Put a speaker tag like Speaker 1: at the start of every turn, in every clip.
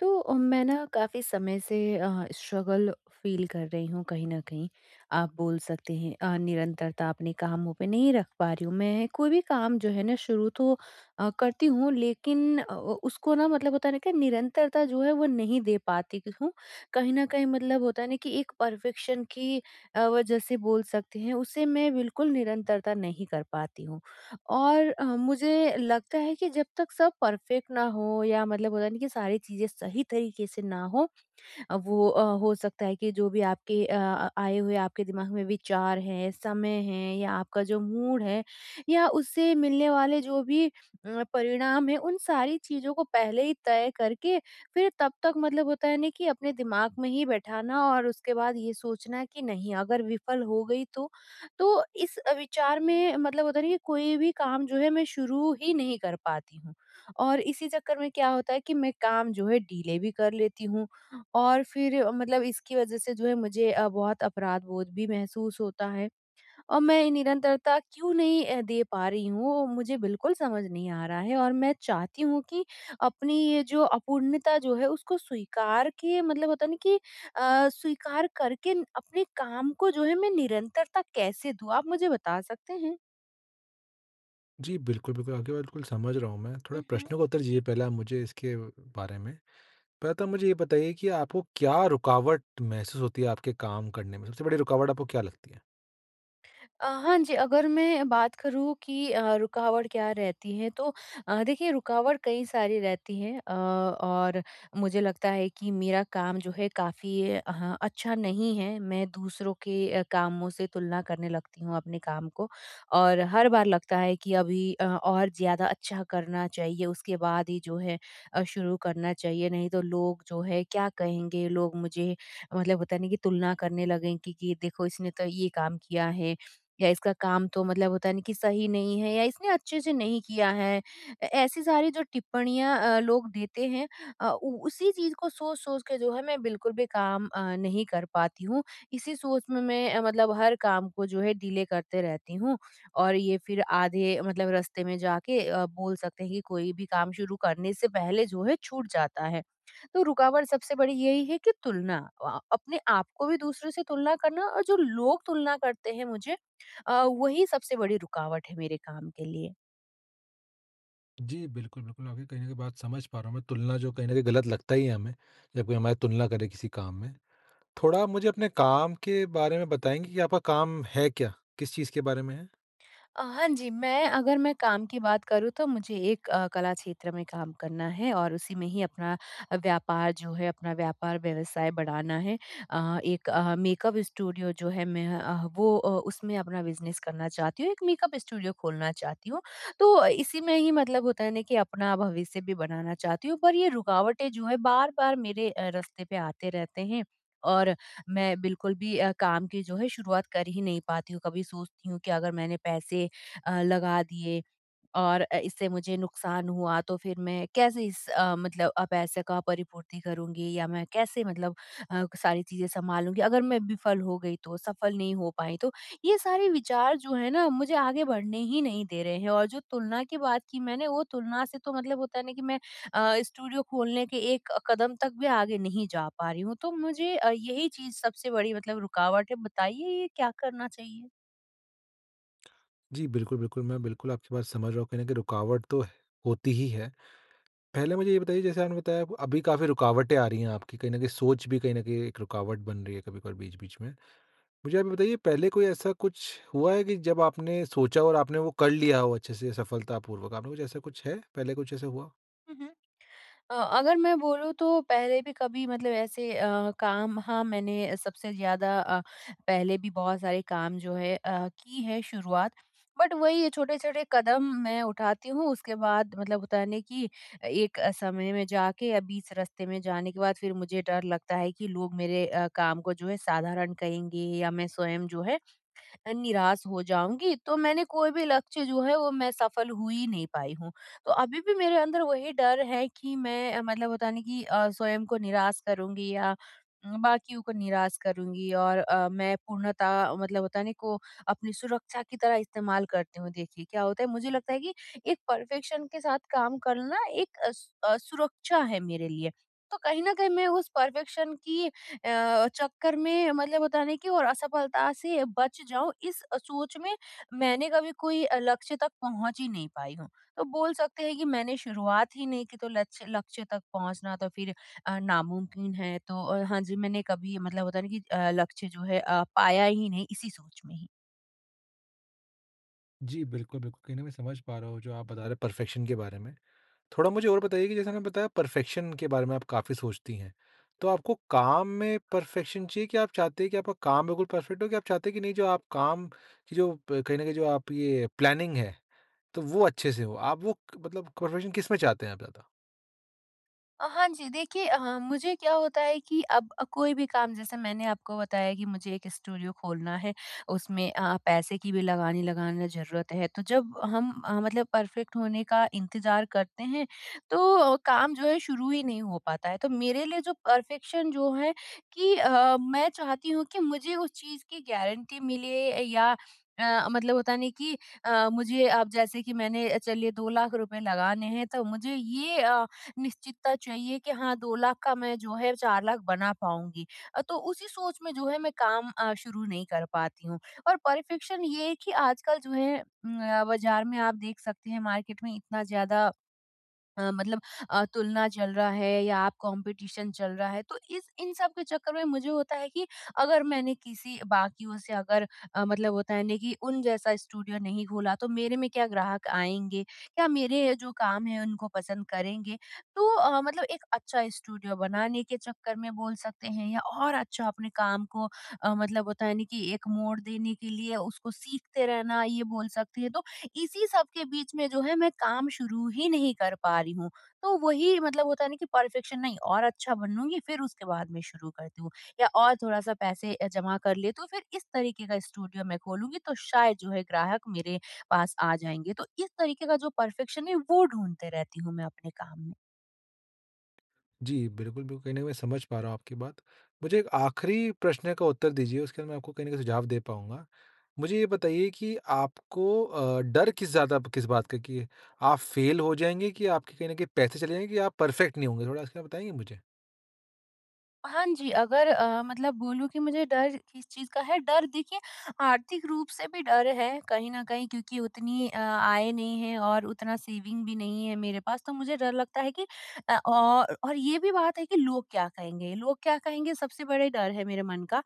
Speaker 1: तो मैं ना काफ़ी समय से स्ट्रगल फील कर रही हूँ कहीं न कहीं। आप बोल सकते हैं निरंतरता अपने कामों पे नहीं रख पा रही हूँ। मैं कोई भी काम जो है ना शुरू तो करती हूँ लेकिन अ, उ उसको ना मतलब होता है ना कि निरंतरता जो है वो नहीं दे पाती हूँ। कहीं न कहीं मतलब होता है ना कि एक परफेक्शन की वजह से बोल सकते हैं उसे मैं बिल्कुल निरंतरता नहीं कर पाती हूँ। और मुझे लगता है कि जब तक सब परफेक्ट ना हो या मतलब होता नहीं कि सारी चीज़ें सही तरीके से ना हो वो हो सकता है कि जो भी आपके आए हुए आपके दिमाग में विचार हैं, समय है या आपका जो मूड है या उससे मिलने वाले जो भी परिणाम है उन सारी चीज़ों को पहले ही तय करके फिर तब तक मतलब होता है ना कि अपने दिमाग में ही बैठाना और उसके बाद ये सोचना कि नहीं अगर विफल हो गई तो इस विचार में मतलब होता है ना कि कोई भी काम जो है मैं शुरू ही नहीं कर पाती हूँ और इसी चक्कर में क्या होता है कि मैं काम जो है डीले भी कर लेती हूँ और फिर मतलब इसकी वज़ह से जो है मुझे बहुत अपराध-बोध भी महसूस होता है और मैं निरंतरता क्यों नहीं दे पा रही हूँ, वो मुझे बिल्कुल समझ नहीं आ रहा है और मैं चाहती हूँ कि अपनी ये जो अपूर्णता जो है उसको स्वीकार के मतलब होता है ना कि स्वीकार करके अपने काम को जो है मैं निरंतरता कैसे दूँ? आप मुझे बता सकते हैं?
Speaker 2: जी, बिल्कुल, बिल्कुल, आपकी बात बिल्कुल समझ रहा हूँ मैं। थोड़ा प्रश्नों का उत्तर दीजिए पहले आप मुझे इसके बारे में। पहले तो मुझे ये बताइए कि आपको क्या रुकावट महसूस होती है आपके काम करने में? सबसे बड़ी रुकावट आपको क्या लगती है?
Speaker 1: हाँ जी, अगर मैं बात करूँ कि रुकावट क्या रहती है तो देखिए रुकावट कई सारी रहती हैं और मुझे लगता है कि मेरा काम जो है काफ़ी अच्छा नहीं है। मैं दूसरों के कामों से तुलना करने लगती हूँ अपने काम को और हर बार लगता है कि अभी और ज़्यादा अच्छा करना चाहिए उसके बाद ही जो है शुरू करना चाहिए नहीं तो लोग जो है क्या कहेंगे? लोग मुझे मतलब होता है ना कि तुलना करने लगेंगे कि देखो इसने तो ये काम किया है। या इसका काम तो मतलब होता है ना कि सही नहीं है या इसने अच्छे से नहीं किया है। ऐसी सारी जो टिप्पणियाँ लोग देते हैं अ, उ उसी चीज़ को सोच-सोच के जो है मैं बिल्कुल भी काम नहीं कर पाती हूँ। इसी सोच में मैं मतलब हर काम को जो है डिले करते रहती हूँ और ये फिर आधे मतलब रास्ते में जाके बोल सकते हैं कि कोई भी काम शुरू करने से पहले जो है छूट जाता है। तो रुकावट सबसे बड़ी यही है कि तुलना अपने आप को भी दूसरों से तुलना करना और जो लोग तुलना करते हैं मुझे अ, वही सबसे बड़ी रुकावट है मेरे काम के लिए।
Speaker 2: जी, बिल्कुल, बिल्कुल, आपकी कहीं न कहीं बात समझ पा रहा हूँ मैं। तुलना जो कहीं न कहीं गलत लगता ही है हमें, जब कोई हमारी तुलना करे किसी काम में। थोड़ा आप मुझे अपने काम के बारे में बताएँगे कि आपका काम है क्या? किस चीज़ के बारे में है?
Speaker 1: हाँ जी, मैं अगर मैं काम की बात करूँ तो मुझे एक कला क्षेत्र में काम करना है और उसी में ही अपना व्यापार जो है, अपना व्यापार व्यवसाय बढ़ाना है। एक मेकअप स्टूडियो जो है मैं वो उसमें अपना बिज़नेस करना चाहती हूँ, एक मेकअप स्टूडियो खोलना चाहती हूँ। तो इसी में ही मतलब होता है ना कि अपना भविष्य भी बनाना चाहती हूँ, पर ये रुकावटें जो है बार-बार मेरे रास्ते पे आते रहते हैं और मैं बिल्कुल भी काम की जो है शुरुआत कर ही नहीं पाती हूँ। कभी सोचती हूँ कि अगर मैंने पैसे लगा दिए और इससे मुझे नुकसान हुआ तो फिर मैं कैसे इस मतलब पैसे का परिपूर्ति करूँगी या मैं कैसे मतलब सारी चीज़ें सँभालूँगी? अगर मैं विफल हो गई तो, सफल नहीं हो पाई तो? ये सारे विचार जो हैं ना मुझे आगे बढ़ने ही नहीं दे रहे हैं और जो तुलना की बात की मैंने वो तुलना से तो मतलब होता है ना कि मैं स्टूडियो खोलने के एक कदम तक भी आगे नहीं जा पा रही हूँ। तो मुझे यही चीज़ सबसे बड़ी मतलब रुकावट है। बताइए ये क्या करना चाहिए?
Speaker 2: जी, बिल्कुल, बिल्कुल, मैं बिल्कुल आपकी बात समझ रहा हूँ, कहीं न कहीं रुकावट तो होती ही है। पहले मुझे ये बताइए, जैसे आपने बताया अभी काफ़ी रुकावटें आ रही हैं आपकी, कहीं न कहीं सोच भी कहीं न कहीं एक रुकावट बन रही है कभी-कभार बीच-बीच में। मुझे आप ये बताइए, पहले कोई ऐसा कुछ हुआ है कि जब आपने सोचा और आपने वो कर लिया हो अच्छे से सफलतापूर्वक? आपने कुछ ऐसा कुछ है? पहले कुछ ऐसा हुआ?
Speaker 1: हुँ, हुँ। अगर मैं बोलूँ तो पहले भी कभी मतलब ऐसे काम हाँ, मैंने सबसे ज़्यादा पहले भी बहुत सारे काम जो है की है शुरुआत। बट वही ये छोटे-छोटे कदम मैं उठाती हूँ, उसके बाद मतलब होता है ना कि एक समय में जाके या बीच रास्ते में जाने के बाद फिर मुझे डर लगता है कि लोग मेरे काम को जो है साधारण कहेंगे या मैं स्वयं जो है निराश हो जाऊँगी, तो मैंने कोई भी लक्ष्य जो है वो मैं सफल हो ही नहीं पाई हूँ। तो अभी भी मेरे अंदर वही डर है कि मैं मतलब होता है ना कि स्वयं को निराश करूँगी या बाकियों को निराश करूँगी और मैं पूर्णतः मतलब होता है ना को अपनी सुरक्षा की तरह इस्तेमाल करती हूँ। देखिए, क्या होता है मुझे लगता है कि एक परफेक्शन के साथ काम करना एक सुरक्षा है मेरे लिए। तो कहीं न कहीं मैं उस परफेक्शन की चक्कर में मतलब होता है ना कि और असफलता से बच जाऊं इस सोच में मैंने कभी कोई लक्ष्य तक पहुंच ही नहीं पाई हूँ तो बोल सकते हैं कि मैंने शुरुआत ही नहीं की तो लक्ष्य लक्ष्य तक पहुंचना तो फिर नामुमकिन है तो हाँ जी मैंने कभी मतलब होता है ना कि लक्ष्य जो है पाया ही नहीं इसी सोच में ही
Speaker 2: जी, बिल्कुल, बिल्कुल। कहीं न कहीं मैं समझ पा रहा हूँ जो आप बता रहे हैं परफेक्शन के बारे में। थोड़ा मुझे और बताइए कि जैसे आपने बताया परफेक्शन के बारे में आप काफ़ी सोचती हैं। तो आपको काम में परफेक्शन चाहिए कि आप चाहते हैं कि आपका काम बिल्कुल परफेक्ट हो, कि आप चाहते हैं कि नहीं, जो आप काम की जो प कहीं न कहीं जो आप ये प्लानिंग है, तो वो अच्छे से हो। आप वो क मतलब प्रोफ़ेशन किस में चाहते हैं आप ज़्यादा?
Speaker 1: हाँ जी, देखिए मुझे क्या होता है कि अब कोई भी काम जैसे मैंने आपको बताया कि मुझे एक स्टूडियो खोलना है, उसमें पैसे की भी लगानी लगाना ज़रूरत है। तो जब हम मतलब परफ़ेक्ट होने का इंतज़ार करते हैं, तो काम जो है शुरू ही नहीं हो पाता है। तो मेरे लिए जो परफ़ेक्शन जो है कि मैं चाहती हूँ कि मुझे उस चीज़ की गारंटी मिले या मतलब होता नहीं कि मुझे अब जैसे कि मैंने चलिए 2 लाख रुपए लगाने हैं, तो मुझे ये निश्चितता चाहिए कि हाँ 2 लाख का मैं जो है 4 लाख बना पाऊँगी। तो उसी सोच में जो है मैं काम शुरू नहीं कर पाती हूँ और परफेक्शन ये है कि आजकल जो है बाज़ार में आप देख सकते हैं मार्केट में इतना ज़्यादा मतलब तुलना चल रहा है या आप कंपटीशन चल रहा है तो इस इन सब के चक्कर में मुझे होता है कि अगर मैंने किसी बाकियों से अगर मतलब होता है ना कि उन जैसा स्टूडियो नहीं खोला तो मेरे में क्या ग्राहक आएंगे क्या मेरे जो काम है उनको पसंद करेंगे तो मतलब एक अच्छा स्टूडियो बनाने के चक्कर में बोल सकते हैं या और अच्छा अपने काम को मतलब होता है ना कि एक मोड़ देने के लिए उसको सीखते रहना ये बोल सकते हैं तो इसी सब के बीच में जो है मैं काम शुरू ही नहीं कर पा रही हूँ। तो वही मतलब होता है ना कि परफेक्शन नहीं और अच्छा बनूँगी फिर उसके बाद में शुरू करती हूँ या और थोड़ा-सा पैसे जमा कर लेती हूँ फिर इस तरीके का स्टूडियो मैं खोलूँगी तो शायद जो है ग्राहक मेरे पास आ जाएँगे। तो इस तरीके का जो परफेक्शन है वो ढूँढते रहती हूँ मैं अपने काम में।
Speaker 2: जी, बिल्कुल, बिल्कुल, कहीं न कहीं मैं समझ पा रहा हूँ आपकी बात। मुझे एक आखिरी प्रश्न का उत्तर दीजिए, उसके बाद मैं आपको कहीं न कहीं सुझाव दे पाऊँगा। मुझे ये बताइए कि आपको डर किस ज़्यादा किस बात का है कि आप फ़ेल हो जाएँगे कि आपके कहीं न कहीं पैसे चले जाएँगे कि आप परफ़ेक्ट नहीं होंगे? थोड़ा इसके बारे में बताएँगे मुझे?
Speaker 1: हाँ जी, अगर मतलब बोलूँ कि मुझे डर किस चीज़ का है? डर देखिए आर्थिक रूप से भी डर है कहीं न कहीं क्योंकि उतनी आय नहीं है और उतना सेविंग भी नहीं है मेरे पास, तो मुझे डर लगता है कि और ये भी बात है कि लोग क्या कहेंगे? लोग क्या कहेंगे सबसे बड़ा डर है मेरे मन का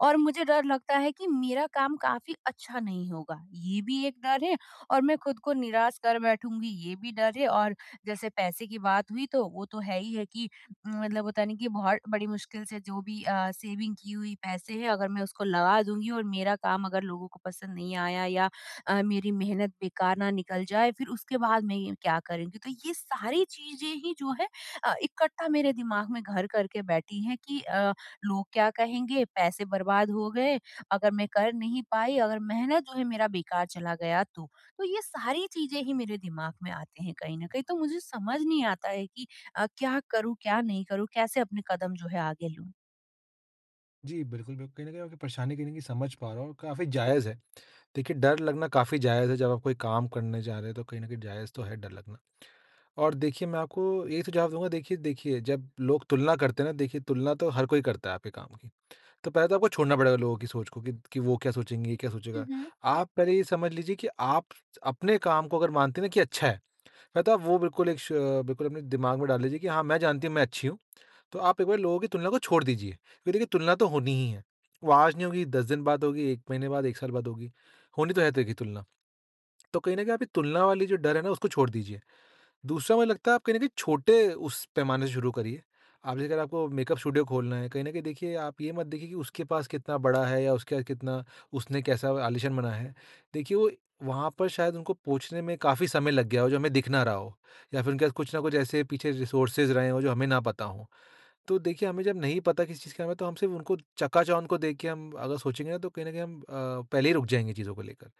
Speaker 1: और मुझे डर लगता है कि मेरा काम काफ़ी अच्छा नहीं होगा, ये भी एक डर है और मैं खुद को निराश कर बैठूँगी, ये भी डर है और जैसे पैसे की बात हुई तो वो तो है ही है कि मतलब होता नहीं कि बहुत बड़ी मुश्किल से जो भी सेविंग की हुई पैसे हैं अगर मैं उसको लगा दूँगी और मेरा काम अगर लोगों को पसंद नहीं आया या मेरी मेहनत बेकार ना निकल जाए फिर उसके बाद मैं ये क्या करूँगी? तो ये सारी चीज़ें ही जो है इकट्ठा मेरे दिमाग में घर करके बैठी हैं कि लोग क्या कहेंगे? पैसे बर्बाद हो गए, अगर मैं कर नहीं पाई, अगर मेहनत जो है मेरा बेकार चला गया तो। तो ये सारी चीज़ें ही मेरे दिमाग में आते हैं कहीं न कहीं, तो मुझे समझ नहीं आता है कि क्या करूँ, क्या नहीं करूँ? कैसे अपने कदम जो है आगे लूँ?
Speaker 2: जी, बिल्कुल, बिल्कुल, कहीं न कहीं आपकी परेशानी कहीं न कहीं समझ पा रहा हूँ और काफ़ी जायज़ है। देखिए, डर लगना काफ़ी जायज़ है, जब आप कोई काम करने जा रहे हैं, तो कहीं न कहीं जायज़ तो है डर लगना। और देखिए, मैं आपको यही सुझाव दूँगा, देखिए देखिए जब लोग तुलना करते हैं ना, देखिए तुलना तो हर कोई करता है आपके काम की। तो पहले तो आपको छोड़ना पड़ेगा लोगों की सोच को, कि वो क्या सोचेंगे, ये क्या
Speaker 1: हुँ,
Speaker 2: सोचेगा।
Speaker 1: हुँ।
Speaker 2: आप पहले ये समझ लीजिए कि आप अपने काम को अगर मानते हैं ना कि अच्छा है, पहले तो आप वो बिल्कुल एक श बिल्कुल अपने दिमाग में डाल लीजिए कि हाँ, मैं जानती हूँ मैं अच्छी हूँ। तो आप एक बार लोगों की तुलना को छोड़ दीजिए। क्योंकि देखिए तुलना तो होनी ही है। वो आज नहीं होगी, 10 दिन बाद होगी, 1 महीने बाद, 1 साल बाद होगी। होनी तो है देखिए तुलना। तो कहीं न कहीं आप ये तुलना वाली जो डर है ना, उसको छोड़ दीजिए। दूसरा, मुझे लगता है आप कहीं न कहीं छोटे उस पैमाने से शुरू करिए। आप जैसे, अगर आपको मेकअप स्टूडियो खोलना है, कहीं न कहीं देखिए आप ये मत देखिए कि उसके पास कितना बड़ा है या उसके पास कितना, उसने कैसा आलीशान बनाया है। देखिए वो वहाँ पर शायद उनको पहुँचने में काफ़ी समय लग गया हो जो हमें दिख ना रहा हो, या फिर उनके पास कुछ न कुछ ऐसे पीछे रिसोर्सेज़ रहे हों जो हमें ना पता हों। तो देखिए हमें जब नहीं पता किसी चीज़ के हमें, तो हम सिर्फ़ उनको चकाचौंध को देख के हम अगर सोचेंगे ना, तो कहीं न कहीं हम पहले ही रुक जाएँगे चीज़ों को लेकर।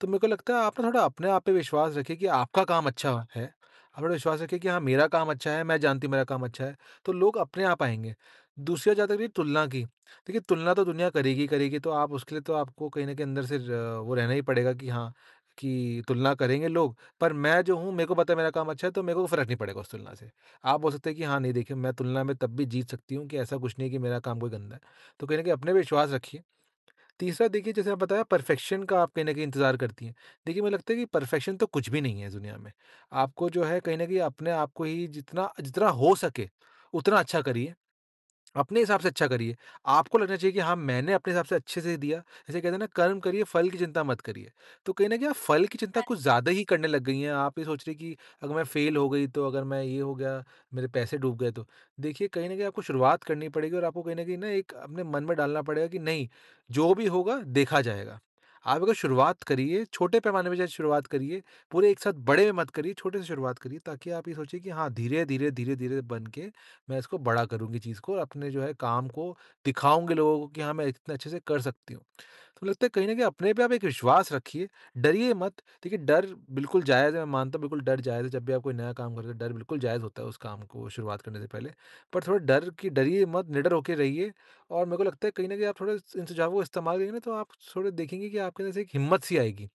Speaker 2: तो मेरे को लगता है आप ना थोड़ा अपने आप पे विश्वास रखिए कि आपका काम अच्छा है। आप थोड़ा विश्वास रखिए कि हाँ, मेरा काम अच्छा है, मैं जानती हूँ मेरा काम अच्छा है, तो लोग अपने आप आएँगे। दूसरी बात, जहाँ तक रही तुलना की, देखिए तुलना तो दुनिया करेगी ही करेगी, तो आप उसके लिए, तो आपको कहीं न कहीं अंदर से र वो रहना ही पड़ेगा कि हाँ, कि तुलना करेंगे लोग, पर मैं जो हूँ, मेरे को पता है मेरा काम अच्छा है, तो मेरे को फ़र्क नहीं पड़ेगा उस तुलना से। आप बोल सकते हैं कि हाँ, नहीं देखिए, मैं तुलना में तब भी जीत सकती हूँ कि ऐसा कुछ नहीं है कि मेरा काम कोई गंदा है। तो कहीं न कहीं अपने पे विश्वास रखिए। तीसरा, देखिए जैसे आप बताया परफेक्शन का आप कहीं न कहीं इंतज़ार करती हैं। देखिए, मुझे लगता है कि परफेक्शन तो कुछ भी नहीं है इस दुनिया में। आपको जो है कहीं न कहीं अपने आप को ही जितना जितना हो सके उतना अच्छा करिए, अपने हिसाब से अच्छा करिए। आपको लगना चाहिए कि हाँ, मैंने अपने हिसाब से अच्छे से दिया। जैसे कहते हैं ना, कर्म करिए, फल की चिंता मत करिए। तो कहीं न कहीं आप फल की चिंता
Speaker 1: हाँ
Speaker 2: कुछ
Speaker 1: जी।
Speaker 2: ज़्यादा ही करने लग गई हैं। आप ये सोच रही कि अगर मैं फेल हो गई तो, अगर मैं ये हो गया, मेरे पैसे डूब गए तो। देखिए कहीं न कहीं आपको शुरुआत करनी पड़ेगी और आपको कहीं न कहीं ना एक अपने मन में डालना पड़ेगा कि नहीं, जो भी होगा देखा जाएगा। आप अगर शुरुआत करिए, छोटे पैमाने पे शायद शुरुआत करिए, पूरे एक साथ बड़े में मत करिए, छोटे से शुरुआत करिए ताकि आप ये सोचिए कि हाँ, धीरे, धीरे, धीरे, धीरे बन के मैं इसको बड़ा करूँगी चीज़ को, और अपने जो है काम को दिखाऊँगी लोगों को कि हाँ, मैं इतना अच्छे से कर सकती हूँ। तो लगता है कहीं न कहीं अपने पे आप एक विश्वास रखिए, डरिए मत। देखिए डर बिल्कुल जायज़ है, मैं मानता हूँ बिल्कुल डर जायज़ है, जब भी आप कोई नया काम करते हो डर बिल्कुल जायज़ होता है उस काम को शुरुआत करने से पहले। पर थोड़ा डर कि डरिए मत, निडर होके रहिए, और मेरे को लगता है कहीं न कहीं आप थोड़े इन सुझावों को इस्तेमाल करेंगे ना, तो आप थोड़े देखेंगे कि आपके अंदर से एक हिम्मत सी आएगी।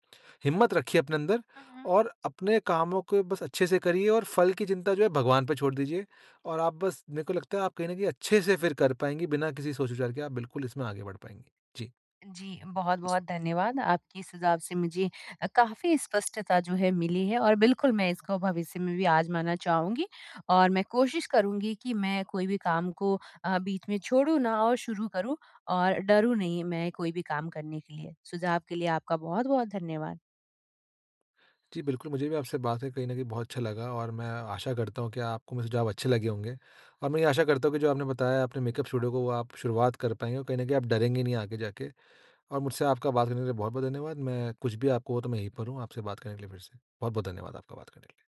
Speaker 2: हिम्मत रखिए अपने अंदर
Speaker 1: हुँ, हुँ।
Speaker 2: और अपने कामों को बस अच्छे से करिए और फल की चिंता जो है भगवान पे छोड़ दीजिए। और आप बस, मेरे को लगता है आप कहीं न कहीं अच्छे से फिर कर पाएँगी, बिना किसी सोच-विचार के आप बिल्कुल इसमें आगे बढ़ पाएँगी। जी।
Speaker 1: जी, बहुत-बहुत धन्यवाद। आपके सुझाव से मुझे काफ़ी स्पष्टता जो है मिली है और बिल्कुल मैं इसको भविष्य में भी आज़माना चाहूँगी और मैं कोशिश करूँगी कि मैं कोई भी काम को बीच में छोड़ूँ ना और शुरू करूँ और डरूँ नहीं मैं कोई भी काम करने के लिए। सुझाव के लिए आपका बहुत-बहुत धन्यवाद।
Speaker 2: जी, बिल्कुल, मुझे भी आपसे बात है कहीं न कहीं बहुत अच्छा लगा, और मैं आशा करता हूँ कि आपको मेरे सुझाव अच्छे लगे होंगे। और मैं ये आशा करता हूँ कि जो आपने बताया अपने मेकअप स्टूडियो को, वो आप शुरुआत कर पाएँगे और कहीं न कहीं आप डरेंगे नहीं आगे जाके। और मुझसे आपका बात करने के लिए बहुत-बहुत धन्यवाद। मैं कुछ भी आपको हो तो मैं यहीं पर हूँ, आपसे बात करने के लिए फिर से। बहुत-बहुत धन्यवाद आपका बात करने के लिए।